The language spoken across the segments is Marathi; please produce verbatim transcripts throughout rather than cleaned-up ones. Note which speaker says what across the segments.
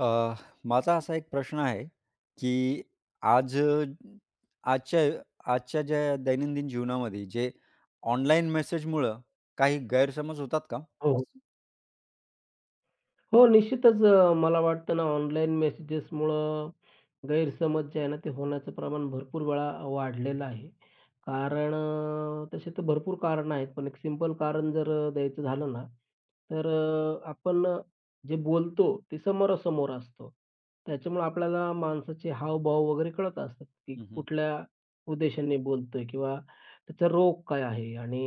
Speaker 1: अ, माझा असा एक प्रश्न आहे, की आज अ, आजच्या आजच्या ज्या दैनंदिन जीवनामध्ये जे ऑनलाईन मेसेजमुळं काही गैरसमज होतात का?
Speaker 2: हो, हो.
Speaker 1: असं
Speaker 2: हो, निश्चितच अ, मला वाटतं ना ऑनलाईन मेसेजेसमुळं गैरसमज जे आहे ना, ते होण्याचं प्रमाण भरपूर वेळा वाढलेलं आहे. कारण अ, तसे तर भरपूर कारण आहेत, पण एक सिंपल कारण जर अ, द्यायचं झालं ना, तर अ, आपण अ, जे बोलतो ते समोरासमोर असतो. त्याच्यामुळे आपल्याला माणसाचे हावभाव वगैरे कळत असतात, की
Speaker 1: हं, हं.
Speaker 2: कुठल्या उद्देशाने बोलतोय किंवा त्याचा रोग काय आहे आणि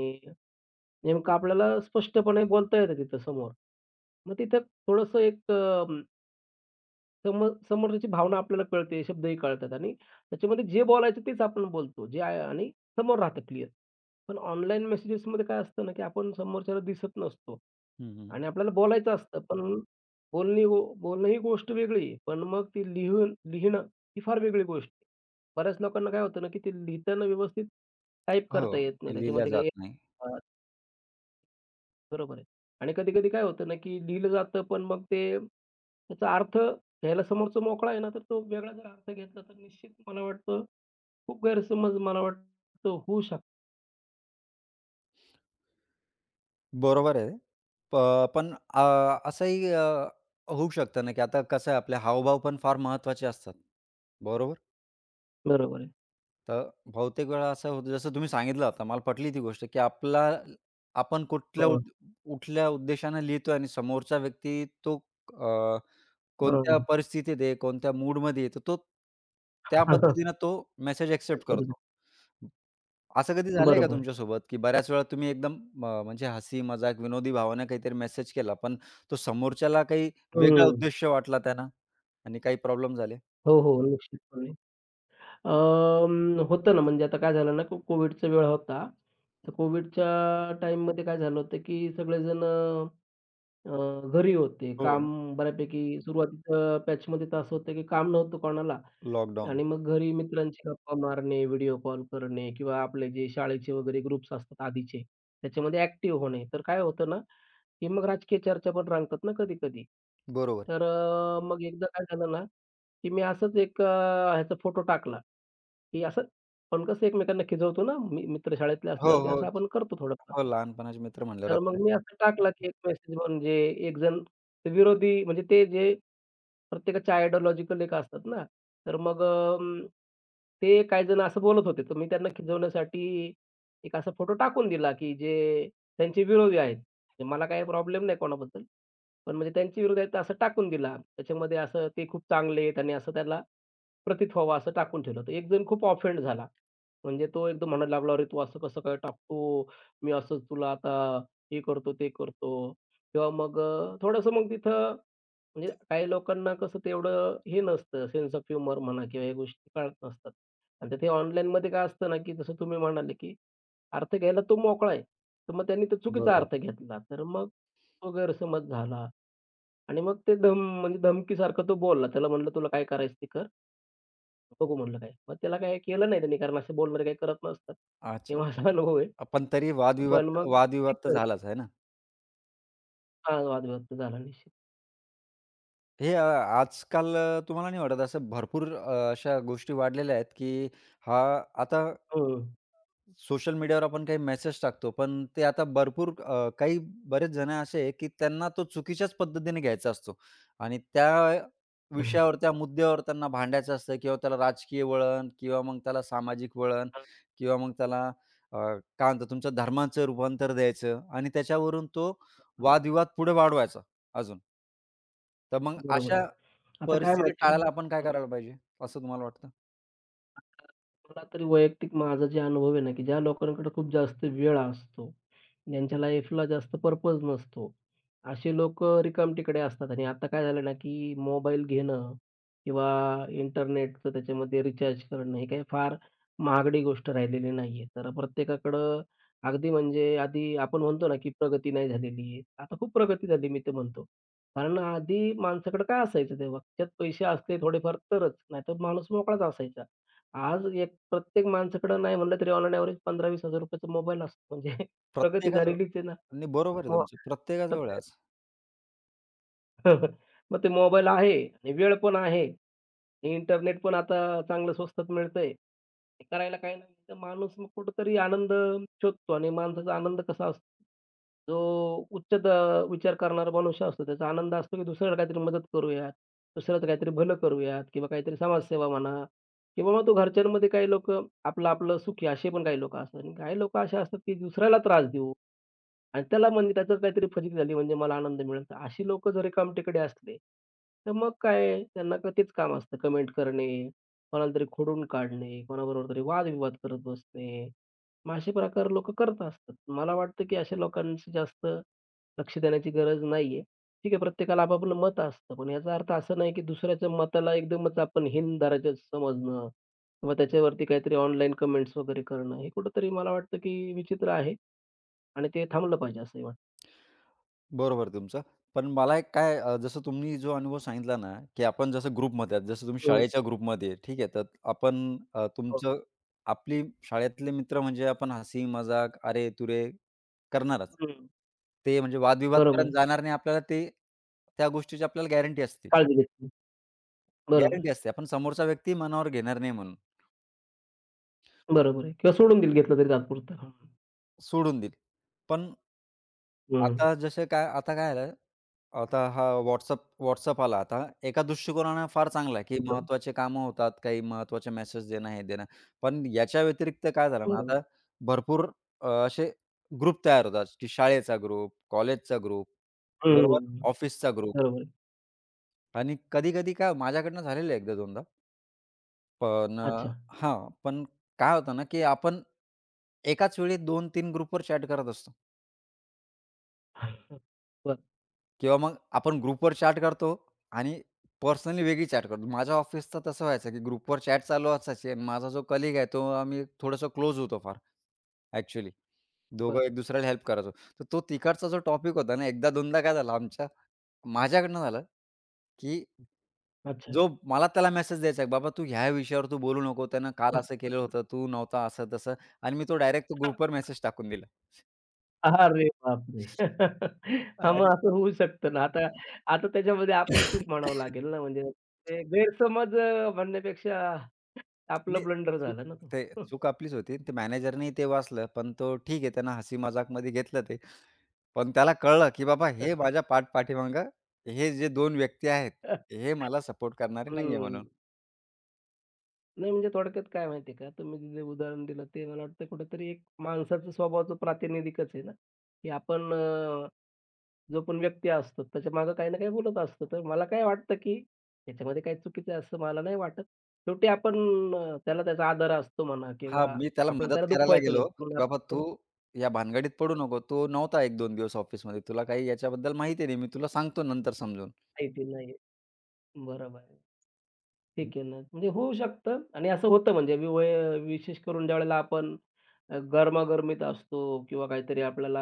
Speaker 2: नेमकं आपल्याला स्पष्टपणे बोलता येतं तिथं समोर. मग तिथं थोडंसं एक अ, सम समोरच्याची भावना आपल्याला कळते, शब्दही कळतात आणि त्याच्यामध्ये जे बोलायचं तेच आपण बोलतो. जे आहे आणि समोर राहतं क्लिअर. पण ऑनलाईन मेसेजेसमध्ये काय असतं ना, की आपण समोरच्याला दिसत नसतो
Speaker 1: हं, हं.
Speaker 2: आणि आपल्याला बोलायचं असतं. पण बोलणी गो- बोलणं ही गोष्ट वेगळी आहे. पण मग ती लिहून लिहिणं ही फार वेगळी गोष्ट आहे. बऱ्याच लोकांना काय होतं ना, की ते लिहिताना व्यवस्थित टाइप
Speaker 1: हो,
Speaker 2: करता येत नाही.
Speaker 1: लिहिल्या
Speaker 2: त्याच्यामध्ये
Speaker 1: जात
Speaker 2: काही
Speaker 1: नाही.
Speaker 2: बरोबर आहे. आणि कधी-कधी काय होतं ना, की लिहिलं जातं, पण मग ते त्याचा अर्थ घ्यायला समोरचा मोकळा आहे ना, तर तो वेगळा जर अर्थ घेतला, तर निश्चित मला वाटतं खूप गैरसमज मला वाटतं होऊ शकतो.
Speaker 1: बरोबर आहे. प पण अ, असंही अ, होऊ शकतं ना, की आता कसं आहे आपले हावभाव पण फार महत्त्वाचे असतात. बरोबर?
Speaker 2: बरोबर आहे.
Speaker 1: तर बहुतेक वेळा असं होतं, जसं तुम्ही सांगितलं आता मला पटली ती गोष्ट, की आपला आपण कुठल्या
Speaker 2: हं,
Speaker 1: उद् कुठल्या उद्देशाने लिहितोय आणि समोरचा व्यक्ती तो अ, कोणत्या
Speaker 2: हं.
Speaker 1: परिस्थितीत आहे, कोणत्या मूडमध्ये आहे, तर तो त्या पद्धतीनं तो मेसेज एक्सेप्ट
Speaker 2: त्याच्याबरोबर.
Speaker 1: करतो. असं कधी झालंय का
Speaker 2: बरोबर आहे.
Speaker 1: तुमच्यासोबत, की बऱ्याच वेळा तुम्ही एकदम म म्हणजे हसी, मजाक, विनोदी भावाने काहीतरी मेसेज केला, पण तो समोरच्याला काही वेगळा
Speaker 2: हं.
Speaker 1: उद्देश वाटला त्यानं आणि काही प्रॉब्लेम झाले?
Speaker 2: हो, हो. निश्चितपणे. अं, होतं ना, म्हणजे आता काय झालं ना, को कोविडचा वेळ होता. तर कोविडच्या टाईममध्ये काय झालं होतं, की सगळेजण अ, घरी होते. काम
Speaker 1: हो.
Speaker 2: बऱ्यापैकी सुरुवातीच्या पॅचमध्ये तर असं होतं, की काम नव्हतं कोणाला
Speaker 1: लॉकडाऊन.
Speaker 2: आणि मग घरी मित्रांशी गप्पा मारणे, व्हिडिओ कॉल करणे किंवा आपले जे शाळेचे वगैरे ग्रुप्स असतात आधीचे, त्याच्यामध्ये ॲक्टिव्ह होणे. तर काय होतं ना, की मग राजकीय चर्चा पण रांगतात ना कधी-कधी.
Speaker 1: बरोबर.
Speaker 2: तर अ, मग एकदा काय झालं ना, की मी असंच एक अ, ह्याचा फोटो टाकला. की असं आपण कसं एकमेकांना खिजवतो ना, मी मित्र शाळेतले
Speaker 1: हो,
Speaker 2: असल्यावरती
Speaker 1: हो.
Speaker 2: असं आपण करतो थोडंफार.
Speaker 1: हो, लहानपणाचे मित्र म्हणल्यावर
Speaker 2: तर
Speaker 1: आपले.
Speaker 2: मग मी असं टाकला, की एक मेसेज म्हणजे एक जण ते विरोधी म्हणजे ते जे प्रत्येकाचे आयडिओलॉजिकल एक असतात ना, तर मग अ, ते काही जण असं बोलत होते. तर मी त्यांना खिजवण्यासाठी एक असा फोटो टाकून दिला, की जे त्यांचे विरोधी आहेत. म्हणजे मला काही प्रॉब्लेम नाही कोणाबद्दल. पण म्हणजे त्यांचे विरोधी आहेत तर असं टाकून दिला. त्याच्यामध्ये असं ते खूप चांगले आहेत आणि असं त्याला प्रतीत व्हावा असं टाकून ठेवलं. तर एक जण खूप ऑफेंड झाला. म्हणजे तो एकदम म्हणायला लागला, "अरे, तू असं कसं काय टाकतो? मी असं तुला आता हे करतो, ते करतो." किंवा मग अ, थोडंसं मग तिथं म्हणजे काही लोकांना कसं तेवढं हे नसतं, सेन्स ऑफ ह्युमर म्हणा किंवा ह्या गोष्टी कळत नसतात. आणि ते ऑनलाईनमध्ये काय असतं ना, की जसं तुम्ही म्हणाले, की अर्थ घ्यायला तो मोकळा आहे. तर मग त्यांनी तो चुकीचा
Speaker 1: बरोबर.
Speaker 2: अर्थ घेतला. तर मग तो गैरसमज झाला आणि मग ते धम म्हणजे धमकीसारखं तो बोलला. त्याला म्हणलं, "तुला काय करायचं ते कर." बघू म्हणलं काय. मग त्याला काय केलं नाही त्यांनी कारण असे बोलणारे काही करत नसतात. हे
Speaker 1: अच्छा.
Speaker 2: माझा अनुभव आहे.
Speaker 1: पण तरी वादविवाद
Speaker 2: पण मग
Speaker 1: वादविवाद तर
Speaker 2: ठीक
Speaker 1: झालाच आहे ना?
Speaker 2: हां, वादविवाद तर झाला निश्चित.
Speaker 1: हे अ, आजकाल अ, तुम्हाला नाही वाटत असं भरपूर अ, अशा गोष्टी वाढलेल्या आहेत, की हा आता
Speaker 2: हं.
Speaker 1: सोशल मीडियावर आपण काही मेसेज टाकतो, पण ते आता भरपूर अ, काही बरेच जण असे आहे, की त्यांना तो चुकीच्याच पद्धतीने घ्यायचा असतो आणि त्या विषयावर, त्या मुद्द्यावर त्यांना भांडायचं असतं किंवा त्याला राजकीय वळण किंवा मग त्याला सामाजिक वळण किंवा मग त्याला अ, काय म्हणतात तुमचं धर्माचं रूपांतर द्यायचं आणि त्याच्यावरून तो वादविवाद पुढे वाढवायचा. अजून. तर मग
Speaker 2: बरोबर आहे.
Speaker 1: अशा
Speaker 2: आता काय
Speaker 1: परिस्थिती
Speaker 2: माहिती
Speaker 1: टाळायला
Speaker 2: आहे
Speaker 1: आपण काय
Speaker 2: का
Speaker 1: करायला पाहिजे, असं तुम्हाला वाटतं?
Speaker 2: मला तरी वैयक्तिक माझा जे अनुभव आहे ना, की ज्या लोकांकडे खूप जास्त वेळ असतो, ज्यांच्या लाईफला जास्त पर्पज नसतो, असे लोकं रिकामटेकडे असतात आणि आता काय झालं ना, की मोबाईल घेणं किंवा इंटरनेटचं त्याच्यामध्ये रिचार्ज करणं ही काही फार महागडी गोष्ट राहिलेली नाहीये. तर प्रत्येकाकडं अगदी म्हणजे आधी आपण म्हणतो ना, की प्रगती नाही झालेली आहे. आता खूप प्रगती झाली मी तर म्हणतो. कारण आधी माणसाकडे काय असायचं तेव्हा? खिशात पैसे असले थोडेफार तरच, नाहीतर माणूस मोकळाच असायचा. आज एक प्रत्येक माणसाकडं नाही म्हटलं तरी ऑन एन एव्हरेज ₹पंधरा हजार-वीस हजाराचा मोबाईल असतो. म्हणजे प्रगती
Speaker 1: प्रत्येकाजवळ
Speaker 2: झालेलीच आहे ना.
Speaker 1: नाही बरोबर आहे
Speaker 2: मग
Speaker 1: तुमचं. प्रत्येकाजवळ आहे
Speaker 2: प्रत्येक
Speaker 1: आज.
Speaker 2: मग ते मोबाईल आहे आणि वेळ पण आहे. इंटरनेट पण आता चांगलं स्वस्तात मिळतंय. हे करायला काही नाही तर माणूस मग कुठेतरी आनंद शोधतो आणि माणसाचा आनंद कसा असतो? जो उच्च द विचार करणारा मनुष्य असतो, त्याचा आनंद असतो, की दुसऱ्याला काहीतरी मदत करूयात, दुसऱ्याचं काहीतरी भलं करूयात किंवा काहीतरी समाजसेवा म्हणा किंवा मग तो घरच्यांमध्ये काही लोकं आपलं-आपलं सुखी असे पण काही लोकं असतात आणि काही लोकं असे असतात, की दुसऱ्याला त्रास देऊ आणि त्याला म्हणजे त्याच्यात काहीतरी फजिती झाली म्हणजे मला आनंद मिळेल. तर अशी लोकं जर रिकामटेकडे असले, तर मग काय त्यांना का तेच काम असतं कमेंट करणे, कोणाला तरी खोडून काढणे, कोणाबरोबर तरी वादविवाद करत बसणे. मग असे प्रकार लोकं करत असतात. मला वाटतं, की अशा लोकांचं जास्त लक्ष देण्याची गरज नाहीये. ठीक आहे, प्रत्येकाला आपापलं मत असतं. पण याचा अर्थ असा नाही, की दुसऱ्याच्या मताला एकदमच आपण हीन दर्जाचं समजणं किंवा त्याच्यावरती काहीतरी ऑनलाईन कमेंट्स वगैरे करणं, हे कुठेतरी मला वाटतं, की विचित्र आहे आणि ते थांबलं पाहिजे असंही वाटतं.
Speaker 1: बरोबर आहे तुमचं. पण मला एक काय अ, जसं तुम्ही जो अनुभव सांगितला ना, की आपण जसं ग्रुपमध्ये आहात, जसं तुम्ही
Speaker 2: हं,
Speaker 1: शाळेच्या ग्रुपमध्ये आहे, ठीक आहे. तर आपण अ,
Speaker 2: हो.
Speaker 1: तुमचं आपली शाळेतले मित्र म्हणजे आपण हसी, मजाक, अरे-तुरे करणारच.
Speaker 2: हं,
Speaker 1: ते म्हणजे
Speaker 2: बरोबर
Speaker 1: वादविवादपर्यंत
Speaker 2: आहे.
Speaker 1: जाणार नाही. आपल्याला ते त्या गोष्टीची आपल्याला गॅरंटी असते.
Speaker 2: काळजी घेतली. बरोबर आहे,
Speaker 1: गॅरंटी असते. आपण समोरचा व्यक्ती मनावर घेणार नाही म्हणून.
Speaker 2: बरोबर आहे किंवा सोडून दिल घेतलं तरी तात्पुरतं. हं,
Speaker 1: सोडून दिली. पण आता जसे काय आता काय झालं, आता हा WhatsApp WhatsApp आला. आता एका दृष्टिकोनानं फार चांगला आहे, की
Speaker 2: बरोबर,
Speaker 1: महत्त्वाचे कामं होतात, काही महत्त्वाचे मेसेज देणं, हे देणं. पण याच्या व्यतिरिक्त काय झालं ना,
Speaker 2: बरोबर.
Speaker 1: आता भरपूर अ, असे ग्रुप तयार होतात, की शाळेचा ग्रुप, कॉलेजचा ग्रुप, बरोबर,
Speaker 2: हं,
Speaker 1: ऑफिसचा ग्रुप
Speaker 2: बरोबर आहे.
Speaker 1: आणि कधी-कधी काय माझ्याकडनं झालेलं आहे 1दा-2दा. पण अ,
Speaker 2: अच्छा.
Speaker 1: हां, पण काय होतं ना, की आपण एकाच वेळी दोन-तीन ग्रुपवर चॅट करत असतो.
Speaker 2: बरं,
Speaker 1: किंवा मग आपण ग्रुपवर चॅट करतो आणि पर्सनली वेगळी चॅट करतो. माझ्या ऑफिसचं तसं व्हायचं, की ग्रुपवर चॅट चालू असायची आणि माझा जो कलीग आहे, तो आम्ही थोडंसं क्लोज होतो फार ॲक्चुअली. दोघं
Speaker 2: बरं.
Speaker 1: एक दुसऱ्याला हेल्प करायचो. तर तो तिकडचा जो टॉपिक होता ना, एकदा दोनदा काय झालं आमच्या माझ्याकडनं झालं, की
Speaker 2: अच्छा.
Speaker 1: जो मला त्याला मेसेज द्यायचा आहे, "बाबा तू ह्या विषयावर तू बोलू नको. त्यानं काल असं केलं होतं, तू नव्हता." असं तसं आणि मी तो डायरेक्ट तो ग्रुपवर मेसेज टाकून दिला.
Speaker 2: अरे बापरे! हां, मग
Speaker 1: अरे!
Speaker 2: असं होऊ शकतं ना. आता आता त्याच्यामध्ये आपली चूक म्हणावं लागेल ना, म्हणजे ते गैरसमज अ, म्हणण्यापेक्षा आपला
Speaker 1: नाही,
Speaker 2: ब्लंडर
Speaker 1: चूक
Speaker 2: झाला ना तो.
Speaker 1: ते चूक आपलीच होती. ते मॅनेजरनी ते वाचलं, पण तो ठीक आहे त्यानं हसी-मजाकमध्ये घेतलं ते. पण त्याला कळलं, की बाबा हे माझ्या पाठपाठीमागं हे जे दोन व्यक्ती आहेत, हे मला सपोर्ट करणारे नाहीये
Speaker 2: हं.
Speaker 1: म्हणून.
Speaker 2: नाही म्हणजे थोडक्यात काय माहिती आहे का, तुम्ही जे उदाहरण दिलं ते मला वाटतं कुठेतरी एक माणसाच्या स्वभावाचं प्रातिनिधिकच आहे ना, की आपण जो पण व्यक्ती असतो, त्याच्यामागे काही ना काही बोलत असतो. तर मला काय वाटतं, की त्याच्यामध्ये काही चुकीचं आहे असं मला नाही वाटत. शेवटी आपण अ, त्याला त्याचा आदर असतो म्हणा
Speaker 1: हां,
Speaker 2: किंवा
Speaker 1: मी त्याला
Speaker 2: आपल्याला
Speaker 1: मदत
Speaker 2: त्याला
Speaker 1: करायला
Speaker 2: दुखवायचं
Speaker 1: गेलो,
Speaker 2: नसतं.
Speaker 1: की
Speaker 2: म्हणून
Speaker 1: "बाबा तू
Speaker 2: आपण
Speaker 1: या भानगडीत पडू नको. तू नव्हता एक-दोन दिवस ऑफिसमध्ये. तुला काही याच्याबद्दल माहिती नाही. मी तुला सांगतो नंतर समजून."
Speaker 2: थोडं नाही. बरोबर आहे. ठीक आहे ना. म्हणजे होऊ शकतं आणि असं होतं म्हणजे वि वय विशेष करून ज्यावेळेला आपण अ, गरमागरमीत असतो किंवा काहीतरी आपल्याला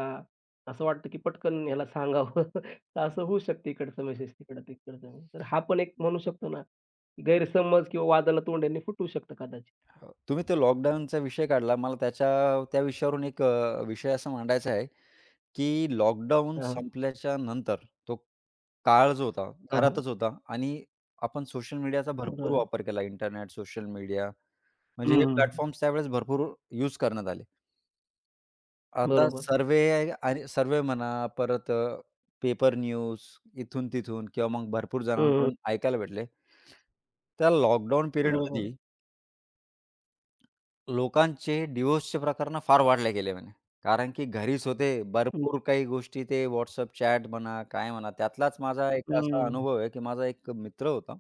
Speaker 2: असं वाटतं की पटकन ह्याला सांगावं, तर असं होऊ शकतं इकडचा मेसेज तिकडं, तिकडचा मेसेज. तर हा पण एक म्हणू शकतो ना, की गैरसमज किंवा वादाला तोंड यांनी फुटू शकतं कदाचित.
Speaker 1: हो. तुम्ही तो लॉकडाऊनचा विषय काढला. मला त्याच्या त्या विषयावरून एक अ, विषय असा मांडायचा आहे, की लॉकडाऊन
Speaker 2: हां,
Speaker 1: संपल्याच्या नंतर तो काळ जो होता,
Speaker 2: हां, हां.
Speaker 1: घरातच होता आणि आपण सोशल मीडियाचा भरपूर वापर केला. इंटरनेट, सोशल मीडिया म्हणजे हे
Speaker 2: हां.
Speaker 1: प्लॅटफॉर्म्स त्यावेळेस भरपूर यूज करण्यात आले. आता
Speaker 2: बरोबर आहे.
Speaker 1: सर्व्हे आणि सर्व्हे म्हणा, परत अ, पेपर न्यूज इथून-तिथून किंवा मग भरपूर
Speaker 2: हं, हं. बरोबर. हं,
Speaker 1: जणांकडून ऐकायला भेटले. त्या लॉकडाऊन
Speaker 2: बरोबर.
Speaker 1: पिरियडमध्ये लोकांचे डिव्होर्सचे प्रकरणं फार वाढले गेले म्हणे. कारण की घरीच होते. भरपूर काही गोष्टी ते WhatsApp चॅट म्हणा, काय म्हणा. त्यातलाच माझा एक असा
Speaker 2: हं,
Speaker 1: अनुभव आहे, की माझा एक मित्र होता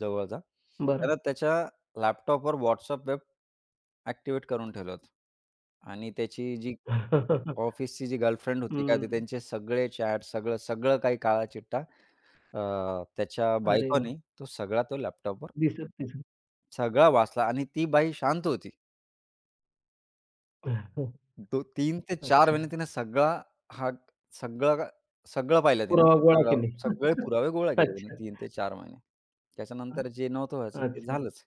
Speaker 1: जवळचा.
Speaker 2: बरं.
Speaker 1: तर त्याच्या लॅपटॉपवर WhatsApp वेब ॲक्टिव्हेट करून ठेवलं होतं. आणि त्याची जी ऑफिसची जी गर्लफ्रेंड होती का, ते
Speaker 2: हं.
Speaker 1: त्यांचे सगळे चॅट, सगळं, सगळं काही काळाचिट्टा अ, त्याच्या
Speaker 2: अरे वाह!
Speaker 1: बायकोने तो सगळा तो लॅपटॉपवर
Speaker 2: दिसत, दिसत.
Speaker 1: सगळा वाचला आणि ती बाई शांत होती. दो तीन ते चार
Speaker 2: अच्छा.
Speaker 1: महिने तिने सगळा हा सगळा सगळं पाहिलं तिनं.
Speaker 2: पुरावा गोळा
Speaker 1: सगळं
Speaker 2: केले.
Speaker 1: सगळे पुरावे गोळा केले तिनं
Speaker 2: अच्छा.
Speaker 1: तीन ते चार महिने.
Speaker 2: हां,
Speaker 1: त्याच्यानंतर जे नव्हतं व्हायचं ते
Speaker 2: अच्छा.
Speaker 1: झालंच.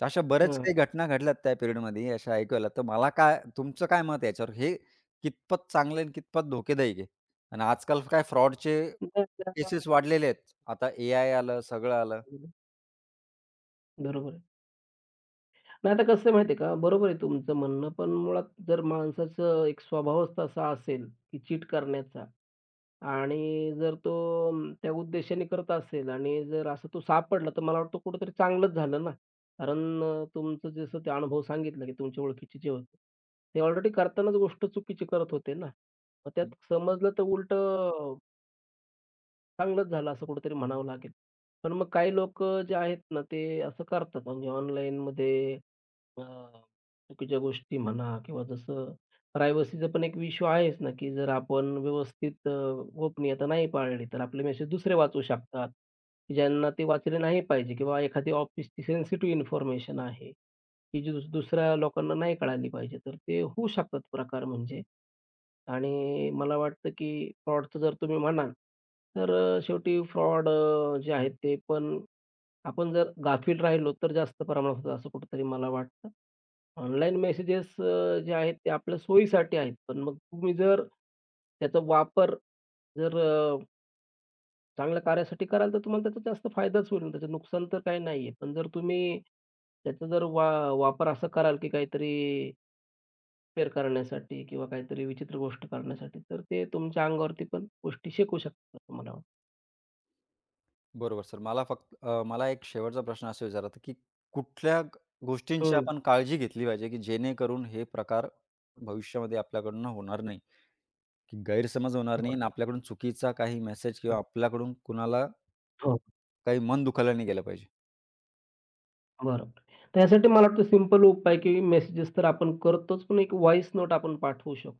Speaker 1: तर अशा बऱ्याच
Speaker 2: हां.
Speaker 1: काही घटना घडल्यात त्या पिरियडमध्ये अशा ऐकूयाला. तर मला काय तुमचं काय मत आहे याच्यावर? हे कितपत चांगलं आहे आणि कितपत धोकेदायक आहे? आणि आजकाल काय फ्रॉडचे
Speaker 2: नाही, नाही,
Speaker 1: केसेस वाढलेले आहेत. आता ए आय आलं, सगळं आलं.
Speaker 2: बरोबर आहे. नाही आता कसं आहे माहिती आहे का, बरोबर आहे तुमचं म्हणणं, पण मुळात जर माणसाचं एक स्वभावच तसा असेल, की चीट करण्याचा आणि जर तो अं, त्या उद्देशाने करत असेल आणि जर असं तो सापडला, तर मला वाटतं कुठेतरी चांगलंच झालं ना. कारण अ, तुमचं जसं ते अनुभव सांगितला, की तुमच्या ओळखीचे जे होते, ते ऑलरेडी करतानाच गोष्ट चुकीची करत होते ना. मग त्यात समजलं तर उलटं चांगलंच झालं असं कुठेतरी म्हणावं लागेल. पण मग काही लोक जे आहेत ना, ते असं करतात म्हणजे ऑनलाईनमध्ये हां. चुकीच्या गोष्टी म्हणा किंवा जसं प्रायव्हसीचा पण एक इश्यू आहेच ना, की जर आपण व्यवस्थित अ, गोपनीयता नाही पाळली, तर आपले मेसेज दुसरे वाचू शकतात, की ज्यांना ते वाचले नाही पाहिजे किंवा एखादी ऑफिसची सेन्सिटिव्ह इन्फॉर्मेशन आहे, की जी दुस दुसऱ्या लोकांना नाही कळाली पाहिजे. तर ते होऊ शकतात प्रकार म्हणजे. आणि मला वाटतं, की फ्रॉडचं जर तुम्ही म्हणाल, तर अ, शेवटी फ्रॉड जे आहेत ते पण आपण जर गाफील राहिलो, तर जास्त प्रमाणात होतं असं कुठेतरी मला वाटतं. ऑनलाईन मेसेजेस अ, जे आहेत ते आपल्या सोयीसाठी आहेत. पण मग तुम्ही जर त्याचा वापर जर अ, चांगल्या कार्यासाठी कराल, तर तुम्हाला त्याचा जास्त फायदाच होईल. ना, त्याचं नुकसान तर काही नाहीये. पण जर तुम्ही त्याचा जर वा वापर असा कराल, की काहीतरी हेरफेर करण्यासाठी किंवा काहीतरी विचित्र गोष्ट करण्यासाठी, तर ते तुमच्या अंगावरती पण गोष्टी शेकू शकतात असं मला वाटतं.
Speaker 1: बरोबर सर. मला फक्त अ, मला एक शेवटचा प्रश्न असं विचारायचा की कुठल्या ग गोष्टींची
Speaker 2: हं.
Speaker 1: आपण काळजी घेतली पाहिजे, की जेणेकरून हे प्रकार भविष्यामध्ये आपल्याकडून होणार नाही, की गैरसमज होणार नाही
Speaker 2: बरोबर.
Speaker 1: आणि आपल्याकडून चुकीचा काही मेसेज किंवा आपल्याकडून कुणाला
Speaker 2: हो.
Speaker 1: काही मन दुखायला नाही गेलं पाहिजे.
Speaker 2: बरोबर. त्यासाठी मला वाटतं सिंपल उपाय की मेसेजेस तर आपण करतोच, पण एक व्हॉईस नोट आपण पाठवू शकतो.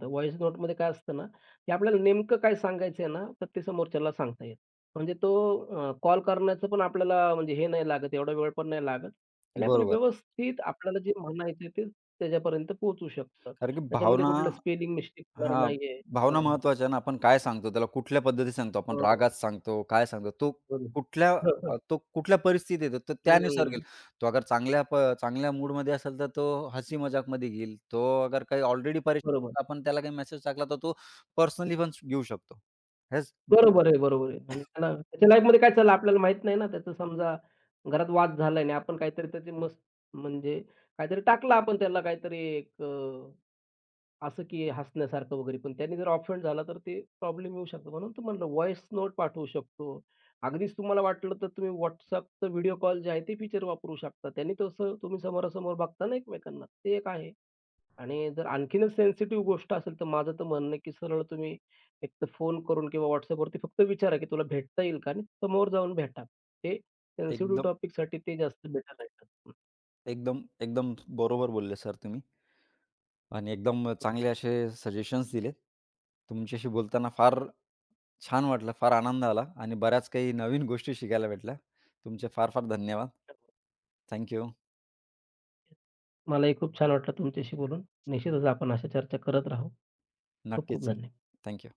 Speaker 2: तर व्हॉईस नोटमध्ये काय असतं ना, की आपल्याला नेमकं काय सांगायचं आहे ना, तर ते समोरच्याला सांगता येतं. म्हणजे तो अ, कॉल करण्याचं पण आपल्याला म्हणजे हे नाही लागत, एवढा वेळ पण नाही लागत आणि आपण
Speaker 1: बरोबर.
Speaker 2: व्यवस्थित आपल्याला जे म्हणायचं ते त्याच्यापर्यंत पोहोचू शकतं.
Speaker 1: कारण की
Speaker 2: त्याच्यामध्ये
Speaker 1: भावना
Speaker 2: कुठलं स्पेलिंग मिस्टेक होणार
Speaker 1: हां,
Speaker 2: नाहीये.
Speaker 1: भावना
Speaker 2: हां.
Speaker 1: महत्त्वाच्या ना. आपण काय सांगतो त्याला, कुठल्या पद्धतीत सांगतो आपण,
Speaker 2: हो, हो.
Speaker 1: रागात सांगतो, काय सांगतो, तो
Speaker 2: बरोबर.
Speaker 1: कुठल्या अ, तो कुठल्या परिस्थितीत येतो, तर त्यानुसार
Speaker 2: हं,
Speaker 1: घेईल. तो अगर चांगल्या प चांगल्या मूडमध्ये असेल, तर तो हसी मजाकमध्ये घेईल. तो अगर काही ऑलरेडी
Speaker 2: बरोबर.
Speaker 1: परेशान आपण त्याला काही मेसेज टाकला, तर तो पर्सनली पण घेऊ शकतो. हेच बरोबर.
Speaker 2: बरोबर आहे, बरोबर आहे. आणि त्याला त्याच्या लाईफमध्ये काय चाललं आपल्याला माहीत नाही ना. त्याचा समजा घरात वाद झालाय आणि आपण काहीतरी त्याचे मस्त म्हणजे काहीतरी टाकलं आपण त्याला काहीतरी एक अ, असं की हसण्यासारखं वगैरे. पण त्याने जर ऑफेंड झाला तर ते प्रॉब्लेम येऊ शकतो. म्हणून तर म्हणलं व्हॉईस नोट पाठवू शकतो. अगदीच तुम्हाला वाटलं तर तुम्ही WhatsAppचं व्हिडिओ कॉल जे आहे ते फीचर वापरू शकता. त्याने तसं तुम्ही समोरासमोर बघता ना एकमेकांना, ते एक आहे. आणि जर आणखीनच सेन्सिटिव्ह गोष्ट असेल, तर माझं तर म्हणणं आहे, की सरळ तुम्ही एक तर फोन करून किंवा WhatsAppवरती फक्त विचारा, की "तुला भेटता येईल का?" आणि समोर जाऊन भेटा. ते सेन्सिटिव्ह
Speaker 1: एकदम,
Speaker 2: टॉपिकसाठी ते जास्त बेटर राहील. हं,
Speaker 1: एकदम, एकदम बरोबर बोलले सर तुम्ही आणि एकदम चांगले असे सजेशन्स दिले. तुमच्याशी बोलताना फार छान वाटलं. फार आनंद आला आणि बऱ्याच काही नवीन गोष्टी शिकायला भेटल्या. तुमचे फार-फार धन्यवाद. Thank you.
Speaker 2: मलाही खूप छान वाटलं तुमच्याशी बोलून. निश्चितच आपण अशा चर्चा करत राहू. खूप खूप
Speaker 1: नक्कीच सर.
Speaker 2: धन्यवाद.
Speaker 1: थँक